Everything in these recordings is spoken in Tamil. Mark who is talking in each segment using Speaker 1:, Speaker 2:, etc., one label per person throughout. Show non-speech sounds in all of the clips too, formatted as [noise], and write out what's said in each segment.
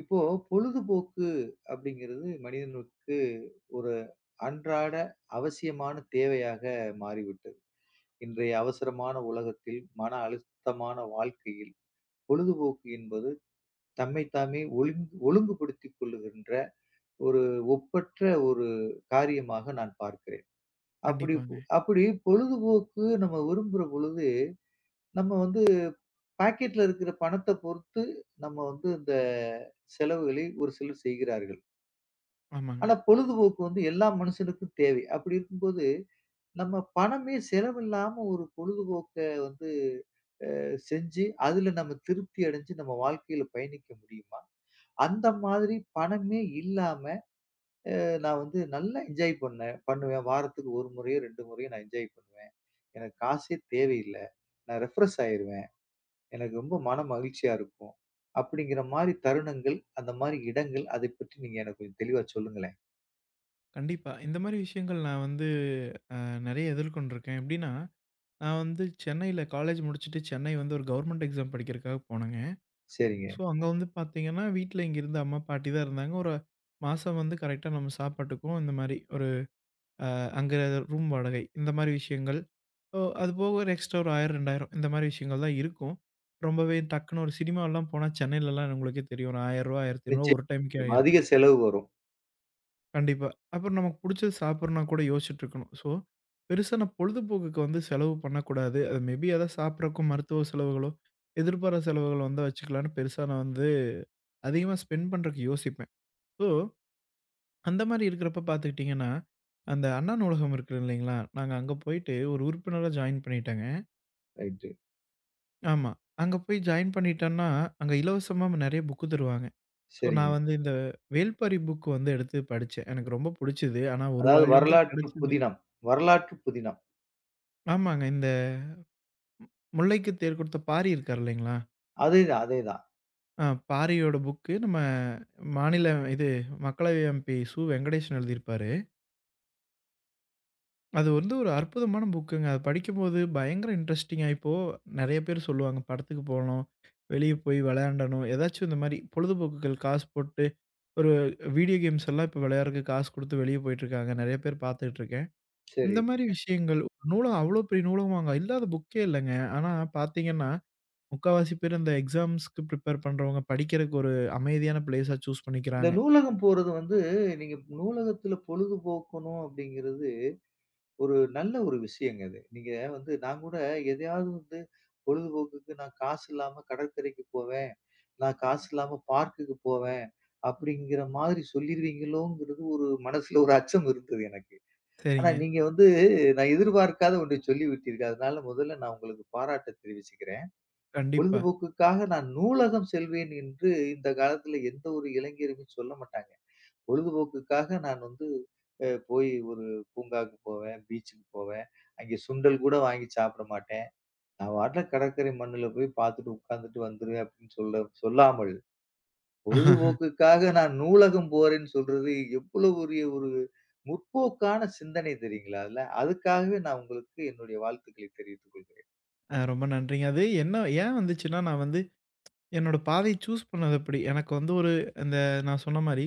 Speaker 1: இப்போ பொழுதுபோக்கு அப்படிங்கிறது மனிதனுக்கு ஒரு அன்றாட அவசியமான தேவையாக மாறிவிட்டது. இன்றைய அவசரமான உலகத்தில், மன அழுத்தமான வாழ்க்கையில் பொழுதுபோக்கு என்பது தம்மைத் தாமே ஒழுங்குபடுத்திக் கொள்ளுகின்ற ஒரு ஒப்பற்ற ஒரு காரியமாக நான் பார்க்கிறேன். அப்படி
Speaker 2: கண்டிப்பாங்க.
Speaker 1: அப்படி பொழுதுபோக்கு நம்ம விரும்புற பொழுது, நம்ம வந்து பாக்கெட்ல இருக்கிற பணத்த பொறுத்து நம்ம வந்து இந்த செலவுகளை ஒரு சிலர் செய்கிறார்கள்.
Speaker 2: ஆமாங்க.
Speaker 1: ஆனா பொழுதுபோக்கு வந்து எல்லா மனுஷனுக்கும் தேவை. அப்படி இருக்கும்போது, நம்ம பணமே செலவில்லாம ஒரு பொழுதுபோக்க வந்து செஞ்சு, அதுல நம்ம திருப்தி அடைஞ்சு நம்ம வாழ்க்கையில பயணிக்க முடியுமா? அந்த மாதிரி பணமே இல்லாம, நான் வந்து நல்லா என்ஜாய் பண்ணுவேன். வாரத்துக்கு 1 முறையோ, 2 முறையோ நான் என்ஜாய் பண்ணுவேன். எனக்கு காசே தேவையில்ல. நான் ரெஃப்ரெஷ் ஆயிருவேன். எனக்கு ரொம்ப மன மகிழ்ச்சியா இருக்கும். அப்படிங்கிற மாரி தருணங்கள், அந்த மாரி இடங்கள், அதை பற்றி நீங்க எனக்கு கொஞ்சம் தெளிவா சொல்லுங்களேன்.
Speaker 2: கண்டிப்பா. இந்த மாரி விஷயங்கள் நான் வந்து அ நெறைய எதிர்கொண்டிருக்கேன். எப்படின்னா, நான் வந்து சென்னையில காலேஜ் முடிச்சுட்டு சென்னை வந்து ஒரு கவர்மெண்ட் எக்ஸாம் படிக்கிறக்காக போனேங்க.
Speaker 1: சரிங்க.
Speaker 2: ஸோ, அங்க வந்து பார்த்தீங்கன்னா, வீட்ல இங்கிருந்து அம்மா, பாட்டி தான் இருந்தாங்க. ஒரு மாசம் வந்து கரெக்ட்டா நம்ம சாப்பாட்டுக்கும் இந்த மாரி ஒரு அ அங்க ரூம் வாடகை இந்த மாரி விஷயங்கள். ஓ அது போக ஒரு எக்ஸ்ட்ரா ஒரு 1000, 2000 இந்த மாரி விஷயங்கள் தான் இருக்கும். ரொம்பவே டக்குன்னு ஒரு சினிமாலாம் போனா சென்னையிலலாம் உங்களுக்கே தெரியும். ஒரு ரூ. 1000, ரூ. 1500 ஒரு டைமுக்கே
Speaker 1: நிச்சயமா.
Speaker 2: ஆயிரும்.
Speaker 1: அதிக செலவு வரும்.
Speaker 2: கண்டிப்பா. அப்புறம் நமக்கு புடிச்சது சாப்பிடறோம்னா கூட யோசிச்சுட்டு இருக்கணும். ஸோ, பெருசா நான் பொழுதுபோக்குக்கு வந்து செலவு பண்ணக்கூடாது. அது மேபி அதான் சாப்பிடறக்கும் மருத்துவ செலவுகளோ, எதிர்பாராத செலவுகள் வந்தா வச்சுக்கலான்னு பெருசா நான் வந்து அதிகமா ஸ்பெண்ட் பண்றதுக்கு யோசிப்பேன். ஸோ, அந்த மாரி இருக்கிறப்ப பார்த்துக்கிட்டீங்கன்னா, அந்த அண்ணா நூலகம் இருக்கு இல்லைங்களா? நாங்க அங்க போயிட்டு ஒரு உறுப்பினரா ஜாயின் பண்ணிட்டேங்க.
Speaker 1: ரைட்டு.
Speaker 2: ஆமா. அங்க போய் ஜாயின் பண்ணிட்டேன்னா, அங்க இலவசமா நெறைய புக்கு தருவாங்க. ஸோ, நான்
Speaker 1: சரிங்க.
Speaker 2: வந்து இந்த வேள்பாரி புக் வந்து எடுத்து படிச்சேன். எனக்கு ரொம்ப புடிச்சது. ஆனா, 1
Speaker 1: அதாவது
Speaker 2: வால்யூம் தான்
Speaker 1: வரலாற்று
Speaker 2: கெடைச்சது.
Speaker 1: புதினம். வரலாற்று புதினம்.
Speaker 2: ஆமாங்க. முல்லைக்கு தேர் கொடுத்த பாரி இருக்காரு இல்லைங்களா?
Speaker 1: அதேதான், அதேதான்.
Speaker 2: ஆ பாரியோட புக்கு நம்ம மாநில இது மக்களவை எம்பி சு. வெங்கடேசன் எழுதியிருப்பாரு. அது வந்து ஒரு அற்புதமான புக்குங்க. அது படிக்கும்போது பயங்கர இன்ட்ரஸ்டிங்கா இப்போ நெறைய பேர் சொல்லுவாங்க, படத்துக்கு போணும், வெளிய போய் விளையாண்டணும், ஏதாச்சும் இந்த மாரி பொழுதுபோக்குகள் காசு போட்டு ஒரு வீடியோ கேம்ஸ் எல்லாம் இப்போ விளையாடுறதுக்கு காசு குடுத்து வெளிய போயிட்டுருக்காங்க. நெறைய பேர் பார்த்துட்டுருக்கேன். இந்த
Speaker 1: சரி.
Speaker 2: மாரி விஷயங்கள் நூலகம் அவ்ளோ பெரிய நூலகமாங்க. இல்லாத புக்கே இல்லங்க. ஆனா பார்த்தீங்கன்னா முக்காவாசி பேர் இந்த எக்ஸாம்ஸ்க்கு ப்ரிப்பேர் பண்றவங்க படிக்கிறக்கு ஒரு அமைதியான பிளேஸா சூஸ்
Speaker 1: இந்த
Speaker 2: பண்ணிக்கிறாங்க.
Speaker 1: நூலகம் போறது வந்து, நீங்க நூலகத்துல பொழுதுபோக்கணும் அப்படிங்கிறது ஒரு நல்ல விஷயங்க அது. நீங்க வந்து நான் கூட எதையாவது வந்து பொழுதுபோக்குக்கு நான் காசு இல்லாம கடற்கரைக்கு போவேன். நான் காசு இல்லாம பார்க்குக்கு போவேன். அப்படிங்கிற மாதிரி சொல்லிருவீங்களோங்கிறது ஒரு மனசுல ஒரு அச்சம் இருந்தது எனக்கு. ஆனா
Speaker 2: சரிங்க.
Speaker 1: நீங்க வந்து நான் எதிர்பார்க்காத ஒன்றை சொல்லிவிட்டீர்கள். அதனால முதல்ல நான் உங்களுக்கு பாராட்ட தெரிவிச்சுக்கிறேன்.
Speaker 2: கண்டிப்பா.
Speaker 1: பொழுதுபோக்குக்காக நான் நூலகம் செல்வேன் என்று இந்த காலத்துல எந்த ஒரு இளைஞருமே சொல்ல மாட்டாங்க. பொழுதுபோக்குக்காக நான் வந்து போய் ஒரு பூங்காவுக்கு போவேன், பீச்சுக்கு போவேன். அங்கே சுண்டல் கூட வாங்கி சாப்பிட மாட்டேன். நான் பாட்டுல கடற்கரை மண்ணுல போய் பார்த்துட்டு உட்கார்ந்துட்டு வந்துருவேன் அப்படின்னு சொல்ல சொல்லாமல், பொழுதுபோக்குக்காக நான் நூலகம் போறேன்னு சொல்றது எவ்வளவு பெரிய ஒரு முற்போக்கான சிந்தனை தெரியுங்களா அதுல. அதுக்காகவே நான் உங்களுக்கு என்னுடைய வாழ்த்துக்களை தெரிவித்துக் கொள்கிறேன்.
Speaker 2: ரொம்ப நன்றிங்க. அது என்ன ஏன் வந்துச்சுன்னா, நான் வந்து என்னோட பாதைய சூஸ் பண்ணது அப்படி. எனக்கு வந்து ஒரு இந்த நான் சொன்ன மாரி,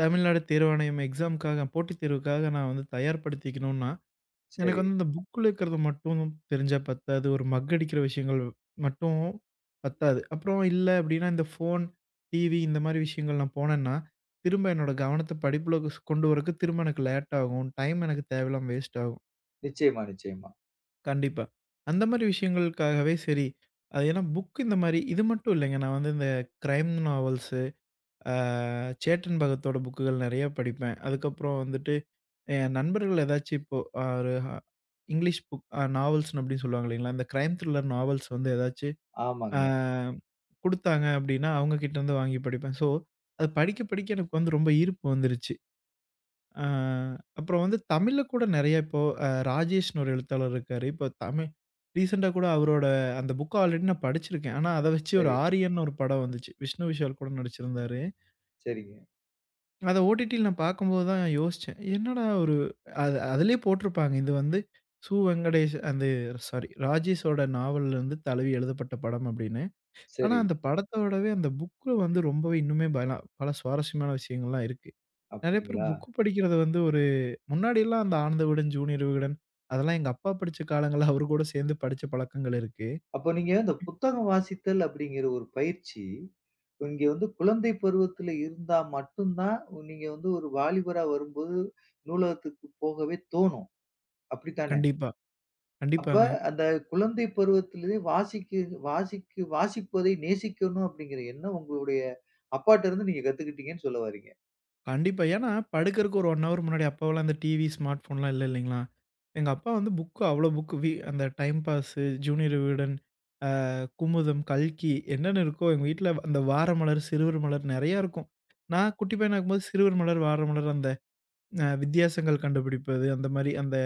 Speaker 2: தமிழ்நாடு தேர்வாணையம் எக்ஸாம்க்காக போட்டித் தேர்வுக்காக நான் வந்து தயார்படுத்திக்கணும்னா, எனக்கு
Speaker 1: சரி.
Speaker 2: வந்து இந்த புக்குல இருக்கிறது மட்டும் தெரிஞ்சா பத்தாது. ஒரு மக் அடிக்கிற விஷயங்கள் மட்டும் பத்தாது. அப்புறம் இல்ல அப்படின்னா, இந்த ஃபோன், டிவி இந்த மாரி விஷயங்கள் நான் போனேன்னா, திரும்ப என்னோட கவனத்த படிப்புல கொண்டு வரக்கு திரும்ப எனக்கு லேட் ஆகும். டைம் எனக்கு தேவையில்லாம வேஸ்ட் ஆகும்.
Speaker 1: நிச்சயமா, நிச்சயமா.
Speaker 2: கண்டிப்பா. அந்த மாரி விஷயங்களுக்காகவே சரி, அது ஏன்னா புக் இந்த மாரி இது மட்டும் இல்லைங்க. நான் வந்து இந்த கிரைம் நாவல்ஸு, ஆ சேட்டன் பகத்தோட புக்குகள் நெறைய படிப்பேன். அதுக்கப்புறம் வந்துட்டு என் நண்பர்கள் ஏதாச்சும் இப்போ ஒரு இங்கிலீஷ் புக் நாவல்ஸ்ன்னு அப்படின்னு சொல்லுவாங்க இல்லைங்களா? இந்த கிரைம் த்ரில்லர் நாவல்ஸ் வந்து ஏதாச்சு அ
Speaker 1: ஆமாங்க.
Speaker 2: குடுத்தாங்க அப்படின்னா, அவங்க கிட்டேருந்து வாங்கி படிப்பேன். ஸோ, அது படிக்க படிக்க எனக்கு வந்து ரொம்ப ஈர்ப்பு வந்துருச்சு. அ அப்புறம் வந்து தமிழ்ல கூட நெறைய இப்போ ராஜேஷ்ன்னு ஒரு எழுத்தாளர் இருக்காரு. இப்போ தமிழ் ரீசென்ட்டா கூட அவரோட அந்த புக்க ஆல்ரெடி நான் படிச்சிருக்கேன். ஆனா, அத வச்சு ஒரு
Speaker 1: சரி.
Speaker 2: ஆரியன்னு ஒரு படம் வந்துச்சு. விஷ்ணு விஷால் கூட நடிச்சிருந்தாரு.
Speaker 1: சரிங்க.
Speaker 2: அத ஓடிடில நான் பார்க்கும்போது தான் யோசிச்சேன். என்னடா ஒரு அது அதிலயே போட்டிருப்பாங்க. இது வந்து சு. வெங்கடேஷ் அந்த சாரி ராஜேஷோட நாவல்லருந்து தழுவி எழுதப்பட்ட படம் அப்படின்னு. ஆனா
Speaker 1: சரி.
Speaker 2: அந்த படத்தோடவே அந்த புக்ல வந்து ரொம்பவே இன்னுமே பல பல சுவாரஸ்யமான விஷயங்கள்லாம் இருக்கு. நெறைய பேர்
Speaker 1: அப்படிங்களா?
Speaker 2: புக் படிக்கிறத வந்து ஒரு முன்னாடிலாம் அந்த ஆனந்த விகடன், ஜூனியர் விகடன் அதெல்லாம் எங்க அப்பா படிச்ச காலங்கள்ல அவரு கூட சேர்ந்து படிச்ச பழக்கங்கள் இருக்கு.
Speaker 1: அப்ப நீங்க இந்த புத்தகம் வாசித்தல் அப்படிங்கிற ஒரு பயிற்சி, இங்க வந்து குழந்தை பருவத்துல இருந்தா மட்டும் தான், நீங்க வந்து ஒரு வாலிபரா வரும்போது நூலகத்துக்கு போகவே தோணும். அப்படித்தானே?
Speaker 2: கண்டிப்பா,
Speaker 1: அப்ப
Speaker 2: கண்டிப்பாங்க.
Speaker 1: அந்த குழந்தை பருவத்திலேயே வாசிக்கு வாசிக்கு வாசிப்பதை நேசிக்கணும் அப்படிங்கிற எண்ணம் உங்களுடைய அப்பாட்ட இருந்து நீங்க கத்துக்கிட்டீங்கன்னு சொல்ல வர்றீங்க.
Speaker 2: கண்டிப்பா. ஏன்னா, படுக்கறக்கு ஒரு 1 ஹவர் முன்னாடி அப்போவெல்லாம் அந்த டிவி, ஸ்மார்ட் ஃபோன்லாம் இல்ல இல்லைங்களா? எங்க அப்பா வந்து புக்கு அவ்ளோ புக்கு அந்த டைம் பாஸு, ஜூனியர் விகடன், அ குமுதம், கல்கி என்னென்ன இருக்கோ எங்க வீட்ல அந்த வாரமலர், சிறுவர் மலர் நெறையா இருக்கும். நான் குட்டி பையனா இருக்கும்போது சிறுவர் மலர், வாரமலர் அந்த வித்தியாசங்கள் கண்டுபிடிப்பது, அந்த மாரி அந்த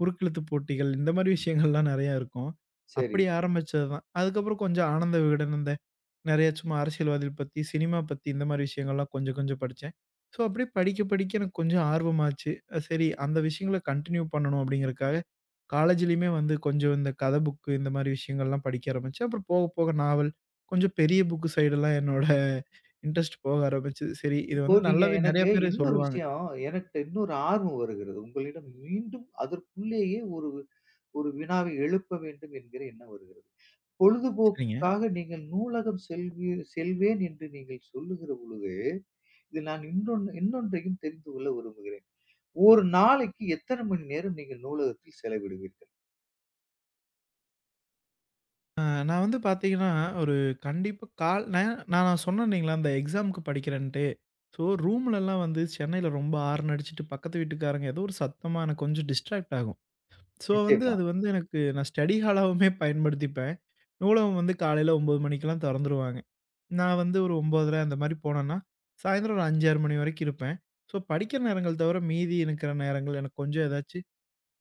Speaker 2: குறுக்கெழுத்து போட்டிகள் இந்த மாரி விஷயங்கள்லாம் நெறையா இருக்கும்.
Speaker 1: சரி.
Speaker 2: அப்படி ஆரம்பிச்சது தான். அதுக்கப்புறம் கொஞ்சம் ஆனந்த விகடன் அந்த நெறைய சும்மா அரசியல்வாதிகள் பத்தி, சினிமா பத்தி இந்த மாரி விஷயங்கள்லாம் கொஞ்சம் கொஞ்சம் படிச்சேன். ஸோ அப்படியே படிக்க படிக்க எனக்கு கொஞ்சம் ஆர்வமாச்சு. சரி அந்த விஷயங்கள கன்டின்யூ பண்ணணும் அப்படிங்கிறதுக்காக காலேஜ்லயுமே வந்து கொஞ்சம் இந்த கதை புக்கு இந்த மாரி விஷயங்கள்லாம் படிக்க ஆரம்பிச்சேன். அப்புறம் போக போக நாவல், கொஞ்சம் பெரிய புக்கு சைடெல்லாம் என்னோட [laughs] இன்ட்ரெஸ்ட் போக ஆரம்பிச்சது. சரி இது
Speaker 1: இப்போ
Speaker 2: வந்து
Speaker 1: நீங்க
Speaker 2: நல்லாவே நெறைய
Speaker 1: எனக்கு
Speaker 2: பேரு
Speaker 1: இன்னொரு
Speaker 2: சொல்லுவாங்க.
Speaker 1: விஷயம், எனக்கு இன்னொரு ஆர்வம் வருகிறது. உங்களிடம் மீண்டும் அதற்குள்ளேயே ஒரு ஒரு வினாவை எழுப்ப வேண்டும் என்கிற எண்ணம் வருகிறது.
Speaker 2: சரிங்க.
Speaker 1: பொழுதுபோக்குக்காக நீங்கள் நூலகம் செல்வேன் என்று நீங்கள் சொல்லுகிற பொழுது, இதில் நான் இன்னொன்றையும் தெரிந்து கொள்ள விரும்புகிறேன். ஒரு நாளைக்கு எத்தனை மணி நேரம் நீங்கள் நூலகத்தில் செலவிடுவீர்கள்?
Speaker 2: நான் வந்து பார்த்தீங்கன்னா, ஒரு கண்டிப்பா கால் நான் நான் நான் சொன்னேன் இல்லைங்களா, அந்த எக்ஸாமுக்கு படிக்கிறேன்ட்டு. ஸோ ரூம்லலாம் வந்து சென்னையில ரொம்ப ஹாரன் அடிச்சுட்டு, பக்கத்து வீட்டுக்காரங்க ஏதோ ஒரு சத்தமா எனக்கு கொஞ்சம் டிஸ்ட்ராக்ட் ஆகும். ஸோ வந்து
Speaker 1: நிச்சயமா.
Speaker 2: அது வந்து எனக்கு நான் ஸ்டடி ஹாலாவுமே பயன்படுத்திப்பேன். நூலகம் வந்து காலையில 9 மணிக்கெல்லாம் தொறந்துருவாங்க. நான் வந்து ஒரு 9:30 அந்த மாரி போனேன்னா, சாயந்தரம் ஒரு 5, 6 மணி வரைக்கும் இருப்பேன். ஸோ படிக்கிற நேரங்கள் தவிர மீதி இருக்கிற நேரங்கள் எனக்கு கொஞ்சம் ஏதாச்சு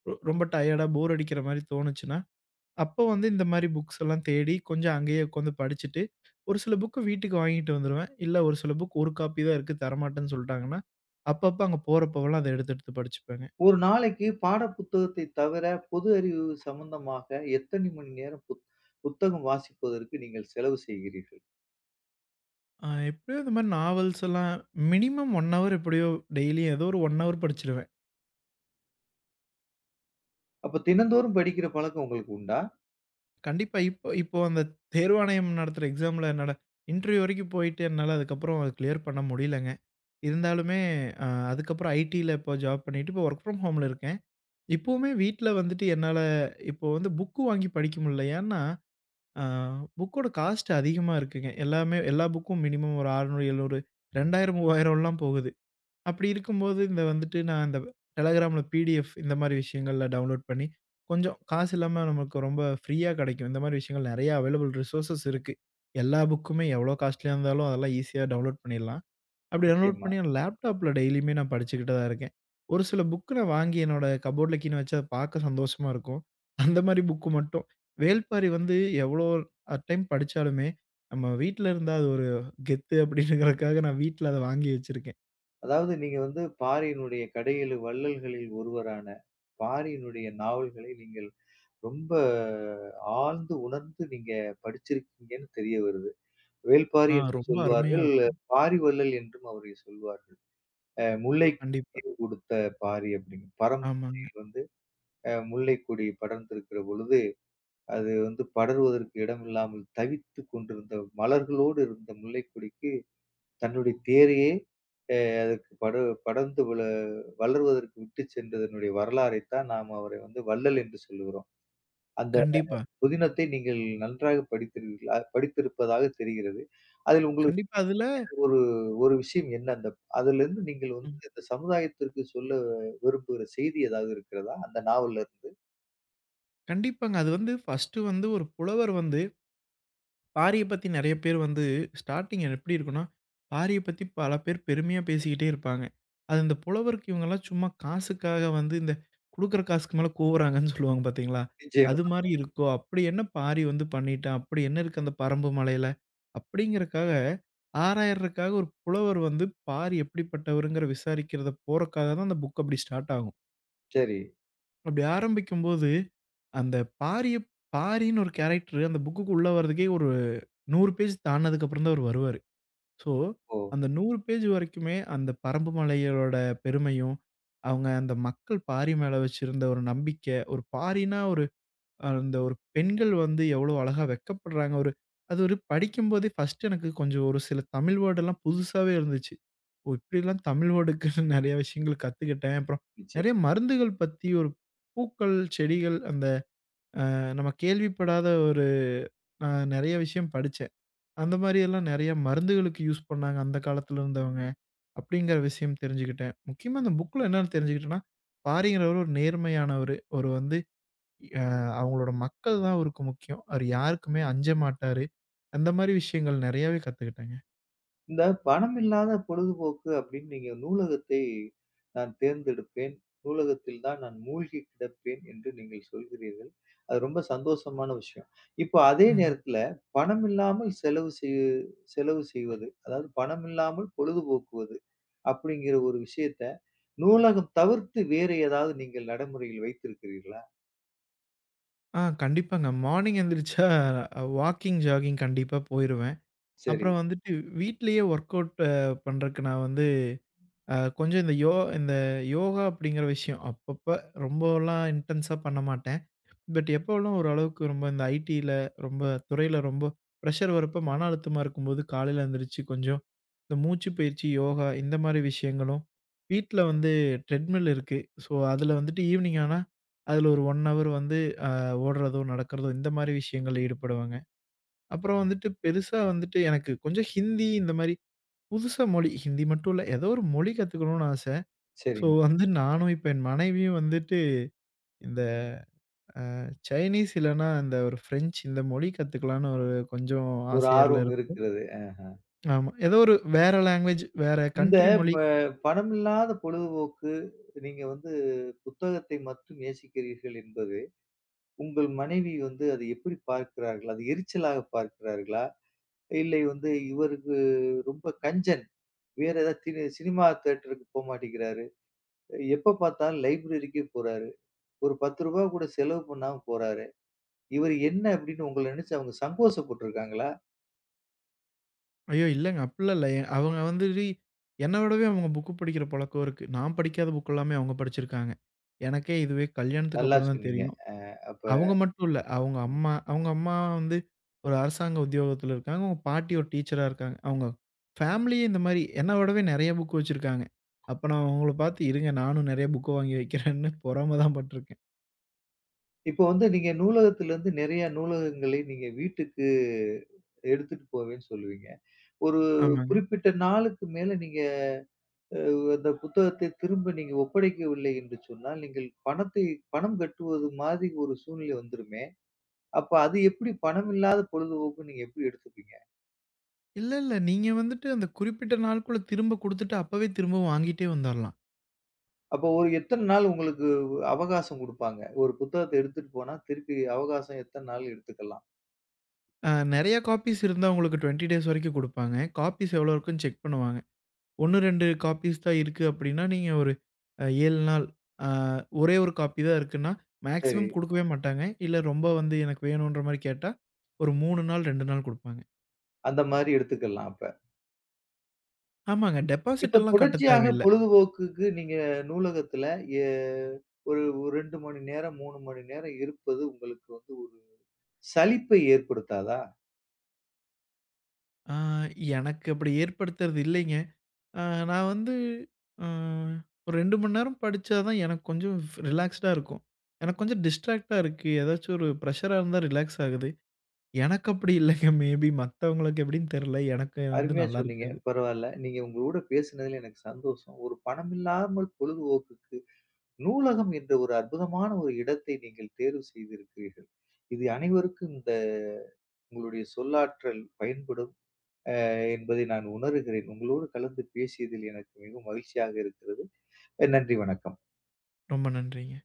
Speaker 2: ரொம்ப டயர்டா போர் அடிக்கிற மாரி தோணுச்சுன்னா அப்போ வந்து இந்த மாரி புக்ஸ் எல்லாம் தேடி கொஞ்சம் அங்கேயே உட்காந்து படிச்சுட்டு, ஒரு சில புக்கு வீட்டுக்கு வாங்கிட்டு வந்துருவேன். இல்ல ஒரு சில புக் ஒரு காப்பி தான் இருக்கு தரமாட்டேன்னு சொல்ட்டாங்கன்னா, அப்பப்ப அங்க போறப்போவெல்லாம் அத எடுத்து எடுத்து படிச்சுப்பேங்க.
Speaker 1: ஒரு நாளைக்கு பாடப்புத்தகத்தை தவிர, பொது அறிவு சம்பந்தமாக எத்தனை மணி நேரம் புத்தகம் வாசிப்பதற்கு நீங்கள் செலவு செய்கிறீர்கள்?
Speaker 2: எப்படியோ இந்த மாரி நாவல்ஸ் எல்லாம் மினிமம் 1 ஹவர் எப்படியோ டெய்லியும் ஏதோ ஒரு 1 ஹவர் படிச்சுருவேன்.
Speaker 1: அப்ப தினந்தோறும் படிக்கிற பழக்கம் உங்களுக்கு உண்டா?
Speaker 2: கண்டிப்பா இப்போ இப்போ அந்த தேர்வாணையம் நடத்துற எக்ஸாம்ல என்னோட இன்டர்வியூ வரைக்கும் போயிட்டு என்னால அதுக்கப்புறம் அத கிளியர் பண்ண முடியலங்க. இருந்தாலுமே அ அதுக்கப்புறம் ஐடில இப்போ ஜாப் பண்ணிட்டு இப்போ வொர்க் ஃப்ரம் ஹோம்ல இருக்கேன். இப்பவுமே வீட்ல வந்துட்டு என்னால இப்போ வந்து புக் வாங்கி படிக்க முடியல. ஏன்னா, அ புக்கோட காஸ்ட் அதிகமா இருக்குங்க. எல்லாமே எல்லா புக்கும் மினிமம் ஒரு 600, 700 2000, 3000லாம் போகுது. அப்படி இருக்கும்போது இந்த வந்துட்டு நான் இந்த Telegramல பிடிஎஃப் இந்த மாரி விஷயங்கள்ல டவுன்லோட் பண்ணி, கொஞ்சம் காசு இல்லாம நமக்கு ரொம்ப ஃப்ரீயா கிடைக்கும். இந்த மாரி விஷயங்கள் நெறைய அவைலபிள் ரிசோர்சஸ் இருக்கு. எல்லா புக்குமே எவ்வளோ காஸ்ட்லியா இருந்தாலும் அதெல்லாம் ஈஸியா டவுன்லோட் பண்ணிடலாம். அப்படி டவுன்லோட்
Speaker 1: நிச்சயமா.
Speaker 2: பண்ணி என் லேப்டாப்ல டெய்லியுமே நான் படிச்சுக்கிட்டு தான் இருக்கேன். ஒரு சில புக் நான் வாங்கி என்னோட கப்போர்ட்ல கீன்னு வச்சு அத பார்க்க சந்தோஷமா இருக்கும். அந்த மாரி புக்கு மட்டும். வேள்பாரி வந்து எவ்வளோ அட் டைம் படிச்சாலுமே, நம்ம வீட்ல இருந்தா அது ஒரு கெத்து அப்படிங்கிறதுக்காக நான் வீட்ல அத வாங்கி வச்சிருக்கேன்.
Speaker 1: அதாவது நீங்க வந்து பாரியினுடைய கடையெழு வள்ளல்களில் ஒருவரான பாரியினுடைய நாவல்களை நீங்கள் ரொம்ப ஆழ்ந்து உணர்ந்து நீங்க படிச்சிருக்கீங்கன்னு தெரிய வருது. வேள்பாரி என்று
Speaker 2: ரொம்ப அருமையா
Speaker 1: சொல்வார்கள்.
Speaker 2: இருக்கும்.
Speaker 1: பாரி வள்ளல் என்றும் அவரை சொல்வார்கள். "முல்லைக்கு
Speaker 2: கண்டிப்பா.
Speaker 1: நீர் கொடுத்த பாரி" அப்படின்னு.
Speaker 2: ஆமாங்க.
Speaker 1: பரம்பரையில் வந்து முல்லைக்கொடி படர்ந்திருக்கிற பொழுது, அது வந்து படர்வதற்கு இடமில்லாமல் தவித்துக் கொண்டிருந்த மலர்களோடு இருந்த முல்லைக்கொடிக்கு தன்னுடைய தேரையே அ அதுக்கு படர்ந்து விழ வளர்வதற்கு விட்டுச் சென்றதனுடைய வரலாறைத்தான் நாம் அவரை வந்து வள்ளல் என்று சொல்லுகிறோம். அந்த
Speaker 2: கண்டிப்பா.
Speaker 1: புதினத்தை நீங்கள் நன்றாக படித்திருக்கிறீர்களா? படித்திருப்பதாக தெரிகிறது. அதில் உங்களுக்கு
Speaker 2: கண்டிப்பா அதுல
Speaker 1: ஒரு ஒரு விஷயம் என்ன? அந்த அதிலிருந்து நீங்கள்
Speaker 2: ம்.
Speaker 1: வந்து இந்த சமுதாயத்திற்கு சொல்ல விரும்புகிற செய்தி ஏதாவது இருக்கிறதா? அந்த நாவல்ல இருந்து?
Speaker 2: கண்டிப்பாங்க. அது வந்து ஃபர்ஸ்ட்டு வந்து ஒரு புலவர் வந்து பாரிய பத்தி நெறைய பேர் வந்து ஸ்டார்ட்டிங் எப்டி இருக்கும்னா, பாரிய பத்தி பல பேர் பெருமையா பேசிக்கிட்டே இருப்பாங்க. அது இந்த புலவருக்கு இவங்கலாம் சும்மா காசுக்காக வந்து இந்த குடுக்குற காசுக்கு மேல கூவுறாங்கன்னு சொல்லுவாங்க பார்த்தீங்களா?
Speaker 1: நிச்சயமா.
Speaker 2: அது மாரி இருக்கோ, அப்படி என்ன பாரி வந்து பண்ணிட்டான்? அப்படி என்ன இருக்கு அந்த பறம்பு மலையில? அப்படிங்கிறக்காக ஆராயறதுக்காக ஒரு புலவர் வந்து பாரி எப்படிப்பட்டவருங்கிற விசாரிக்கிறத போறக்காக தான் அந்த புக் அப்படி ஸ்டார்ட் ஆகும்.
Speaker 1: சரி.
Speaker 2: அப்படி ஆரம்பிக்கும்போது அந்த பாரிய பாரின்னு ஒரு கேரக்டர் அந்த புக்குக்கு உள்ள வரதுக்கே ஒரு 100 பேஜ் தாண்டுனதுக்கு அப்புறம் தான் அவரு வருவாரு. ஸோ,
Speaker 1: ஓ!
Speaker 2: அந்த 100 பேஜ் வரைக்குமே அந்த பறம்பு மலையரோட பெருமையும், அவங்க அந்த மக்கள் பாரி மேல வச்சிருந்த ஒரு நம்பிக்கை, ஒரு பாரின்னா ஒரு அந்த ஒரு பெண்கள் வந்து எவ்வளோ அழகா வெட்கப்படுறாங்க. ஒரு அது ஒரு படிக்கும்போதே ஃபர்ஸ்ட்டு எனக்கு கொஞ்சம் ஒரு சில தமிழ் வேர்டெல்லாம் புதுசாவே இருந்துச்சு. ஓ! இப்படிலாம் தமிழ் வேர்டுக்கு நெறைய [laughs] விஷயங்கள் கத்துக்கிட்டேன். அப்புறம்
Speaker 1: நிச்சயம்.
Speaker 2: நெறைய மருந்துகள் பத்தி ஒரு பூக்கள், செடிகள் அந்த நம்ம கேள்விப்படாத ஒரு நான் நெறைய விஷயம் படிச்சேன். அந்த மாரி எல்லாம் நெறைய மருந்துகளுக்கு யூஸ் பண்ணாங்க அந்த காலத்துல இருந்தவங்க, அப்படிங்கிற விஷயம் தெரிஞ்சுக்கிட்டேன். முக்கியமா அந்த புக்ல என்னன்னு தெரிஞ்சுக்கிட்டேன்னா, பாரிங்கிறவரு ஒரு நேர்மையானவரு. ஒரு வந்து அ அவங்களோட மக்கள் தான் அவருக்கு முக்கியம். அவரு யாருக்குமே அஞ்ச மாட்டாரு. அந்த மாரி விஷயங்கள் நெறையாவே கத்துக்கிட்டேங்க.
Speaker 1: இந்த பணம் இல்லாத பொழுதுபோக்கு அப்படின்னு நீங்க நூலகத்தை நான் தேர்ந்தெடுப்பேன். நூலகத்தில் தான் நான் மூழ்கி கிடப்பேன் என்று நீங்கள் சொல்கிறீர்கள். அது ரொம்ப சந்தோஷமான விஷயம். இப்போ அதே
Speaker 2: ம்.
Speaker 1: நேரத்தில பணம் இல்லாமல் செலவு செய்வது, அதாவது பணம் இல்லாமல் பொழுதுபோக்குவது அப்படிங்கிற ஒரு விஷயத்த நூலகம் தவிர்த்து வேறு ஏதாவது நீங்கள் நடைமுறையில் வைத்திருக்கிறீர்களா?
Speaker 2: கண்டிப்பாங்க. மார்னிங் எந்திரிச்சா வாக்கிங், ஜாகிங் கண்டிப்பா போயிருவேன்.
Speaker 1: சரி,
Speaker 2: அப்புறம் வந்துட்டு வீட்லயே ஒர்க் அவுட் பண்றதுக்கு நான் வந்து கொஞ்சம் இந்த இந்த யோகா அப்படிங்கிற விஷயம் அப்பப்ப ரொம்பலாம் இன்டென்ஸா பண்ண மாட்டேன். பட் எப்போலாம் ஓரளவுக்கு ரொம்ப இந்த ஐடியில ரொம்ப துறையில ரொம்ப ப்ரெஷர் வரப்ப மன அழுத்தமா இருக்கும்போது காலையில எந்திரிச்சு கொஞ்சம் இந்த மூச்சு பயிற்சி, யோகா இந்த மாரி விஷயங்களும், வீட்ல வந்து ட்ரெட்மில் இருக்கு. ஸோ அதுல வந்துட்டு ஈவினிங் ஆனா அதுல ஒரு 1 ஹவர் வந்து அ ஓடுறதோ, நடக்கிறதோ இந்த மாரி விஷயங்கள்ல ஈடுபடுவேங்க. அப்புறம் வந்துட்டு பெருசா வந்துட்டு எனக்கு கொஞ்சம் ஹிந்தி இந்த மாரி புதுசா மொழி ஹிந்தி மட்டும் இல்ல. ஏதோ ஒரு மொழி கத்துக்கணும்னு ஆச. ஸோ,
Speaker 1: சரிங்க.
Speaker 2: வந்து நானும் இப்ப என் மனைவியும் வந்துட்டு இந்த சைனீஸ் இல்லன்னா இந்த ஒரு ஃப்ரெஞ்ச் இந்த மொழி கத்துக்கலான்னு ஒரு கொஞ்சம்
Speaker 1: ஒரு
Speaker 2: ஆசையால
Speaker 1: ஆர்வம்
Speaker 2: இருக்கோம்.
Speaker 1: இருக்கிறது.
Speaker 2: ஆமா. ஏதோ ஒரு வேற லாங்குவேஜ் வேற
Speaker 1: இந்த
Speaker 2: கண்ட்ரி மொழி.
Speaker 1: ம பணமில்லாத பொழுதுபோக்கு, நீங்க வந்து புத்தகத்தை மட்டும் நேசிக்கிறீர்கள் என்பது, உங்கள் மனைவி வந்து அதை எப்படி பார்க்கிறார்கள்? அது எரிச்சலாக பார்க்கிறார்களா? இல்லை வந்து இவருக்கு ரொம்ப கஞ்சன். வேற ஏதாவது தினி சினிமா தியேட்டருக்கு போமாட்டேங்கிறாரு. எப்ப பார்த்தாலும் லைப்ரரிக்கே போறாரு. ஒரு ரூ. 10 கூட செலவு பண்ணாம போறாரு. இவர் என்ன அப்படின்னு உங்கள நினைச்சு அவங்க சங்கோஷப்பட்டுருக்காங்களா?
Speaker 2: ஐயோ! இல்லங்க அப்டிலாம் இல்ல. அவங்க வந்துட்டு என்ன விடவே அவங்க புக்கு படிக்கிற பழக்கம் இருக்கு. நான் படிக்காத புக் எல்லாமே அவங்க படிச்சிருக்காங்க. எனக்கே இதுவே கல்யாணத்துக்கு
Speaker 1: நல்லா
Speaker 2: அப்புறம் தான்
Speaker 1: சொன்னீங்க.
Speaker 2: தெரியும்.
Speaker 1: அப்ப
Speaker 2: அவங்க மட்டும் இல்ல. அவங்க அம்மா வந்து ஒரு அரசாங்க உத்தியோகத்தில இருக்காங்க. அவங்க பாட்டி ஒரு டீச்சரா இருக்காங்க. அவங்க ஃபேமிலியே இந்த மாரி என்ன விடவே நெறைய புக் வச்சிருக்காங்க. அப்ப நான் அவங்கள பார்த்து, "இருங்க நானும் நெறைய புக்க வாங்கி வைக்கிறேன்னு" பொறாம தான் பட்டுருக்கேன்.
Speaker 1: இப்போ வந்து நீங்க நூலகத்திலிருந்து நெறைய நூலகங்களை நீங்க வீட்டுக்கு எடுத்துட்டு போவேன்னு சொல்லுவீங்க. ஒரு
Speaker 2: ஆமாங்க.
Speaker 1: குறிப்பிட்ட நாளுக்கு மேல நீங்க அ அந்த புத்தகத்தை திரும்ப நீங்க ஒப்படைக்கவில்லை என்று சொன்னால், நீங்கள் பணம் கட்டுவது மாதிரி ஒரு சூழ்நிலை வந்துருமே! அப்ப அது எப்படி பணம் இல்லாத பொழுதுபோக்கு நீங்க எப்படி எடுத்துப்பீங்க?
Speaker 2: இல்ல, இல்ல. நீங்க வந்துட்டு அந்த குறிப்பிட்ட நாளுக்குள்ள திரும்ப குடுத்துட்டு, அப்பவே திரும்ப வாங்கிட்டே வந்துரலாம்.
Speaker 1: அப்ப ஒரு எத்தன நாள் உங்களுக்கு அவகாசம் குடுப்பாங்க? ஒரு புத்தகத்த எடுத்துட்டு போனா, திருப்பி அவகாசம் எத்தன நாள் எடுத்துக்கலாம்?
Speaker 2: நெறைய காப்பீஸ் இருந்தா உங்களுக்கு 20 டேஸ் வரைக்கும் குடுப்பாங்க. காப்பீஸ் எவ்வளோ இருக்குன்னு செக் பண்ணுவாங்க. 1, 2 காப்பீஸ் தான் இருக்கு அப்படின்னா, நீங்க ஒரு 7 நாள் அ ஒரே 1 காப்பி தான் இருக்குன்னா,
Speaker 1: சரி.
Speaker 2: மேக்ஸிமம் குடுக்கவே மாட்டாங்க. இல்ல ரொம்ப வந்து எனக்கு வேணுன்ற மாரி கேட்டா, ஒரு 3 நாள், 2 நாள் குடுப்பாங்க.
Speaker 1: அந்த மாரி எடுத்துக்கலாம்.
Speaker 2: ஆமாங்க. டெபாசிட்
Speaker 1: இப்ப
Speaker 2: எல்லாம் கட்ட
Speaker 1: தொடர்ச்சியாக
Speaker 2: தேவையில்ல.
Speaker 1: பொழுதுபோக்குக்கு நீங்க நூலகத்துல எ ஒரு ஒரு 2 மணி நேரம், 3 மணி நேரம் இருப்பது உங்களுக்கு வந்து ஒரு சலிப்பை ஏற்படுத்தாதா?
Speaker 2: ஆ எனக்கு அப்படி ஏற்படுத்துறது இல்லைங்க. அ நான் வந்து அ ஒரு 2 மணி நேரம் படிச்சா தான் எனக்கு கொஞ்சம் ரிலாக்ஸ்டா இருக்கும். எனக்கு கொஞ்சம் டிஸ்ட்ராக்ட்டா இருக்கு. ஏதாச்சும் ஒரு ப்ரெஷரா இருந்தா ரிலாக்ஸ் ஆகுது. எனக்கு அப்படி இல்லைங்க. மேபி மத்தவங்களுக்கு எப்படின்னு தெரியல. எனக்கு வந்து
Speaker 1: அருமையா
Speaker 2: நல்லா
Speaker 1: சொன்னீங்க.
Speaker 2: இருக்கு அது.
Speaker 1: பரவால்ல. நீங்க உங்களோட பேசுனதுல எனக்கு சந்தோஷம். ஒரு பணமில்லாமல் பொழுதுபோக்குக்கு நூலகம் என்ற ஒரு அற்புதமான இடத்தை நீங்கள் தேர்வு செய்திருக்கிறீர்கள். இது அனைவருக்கும் இந்த உங்களுடைய சொல்லாற்றல் பயன்படும் என்பதை நான் உணர்கிறேன். உங்களோடு கலந்து பேசியதில் எனக்கு மிகவும் மகிழ்ச்சியாக இருக்கிறது. நன்றி, வணக்கம்.
Speaker 2: ரொம்ப நன்றிங்க.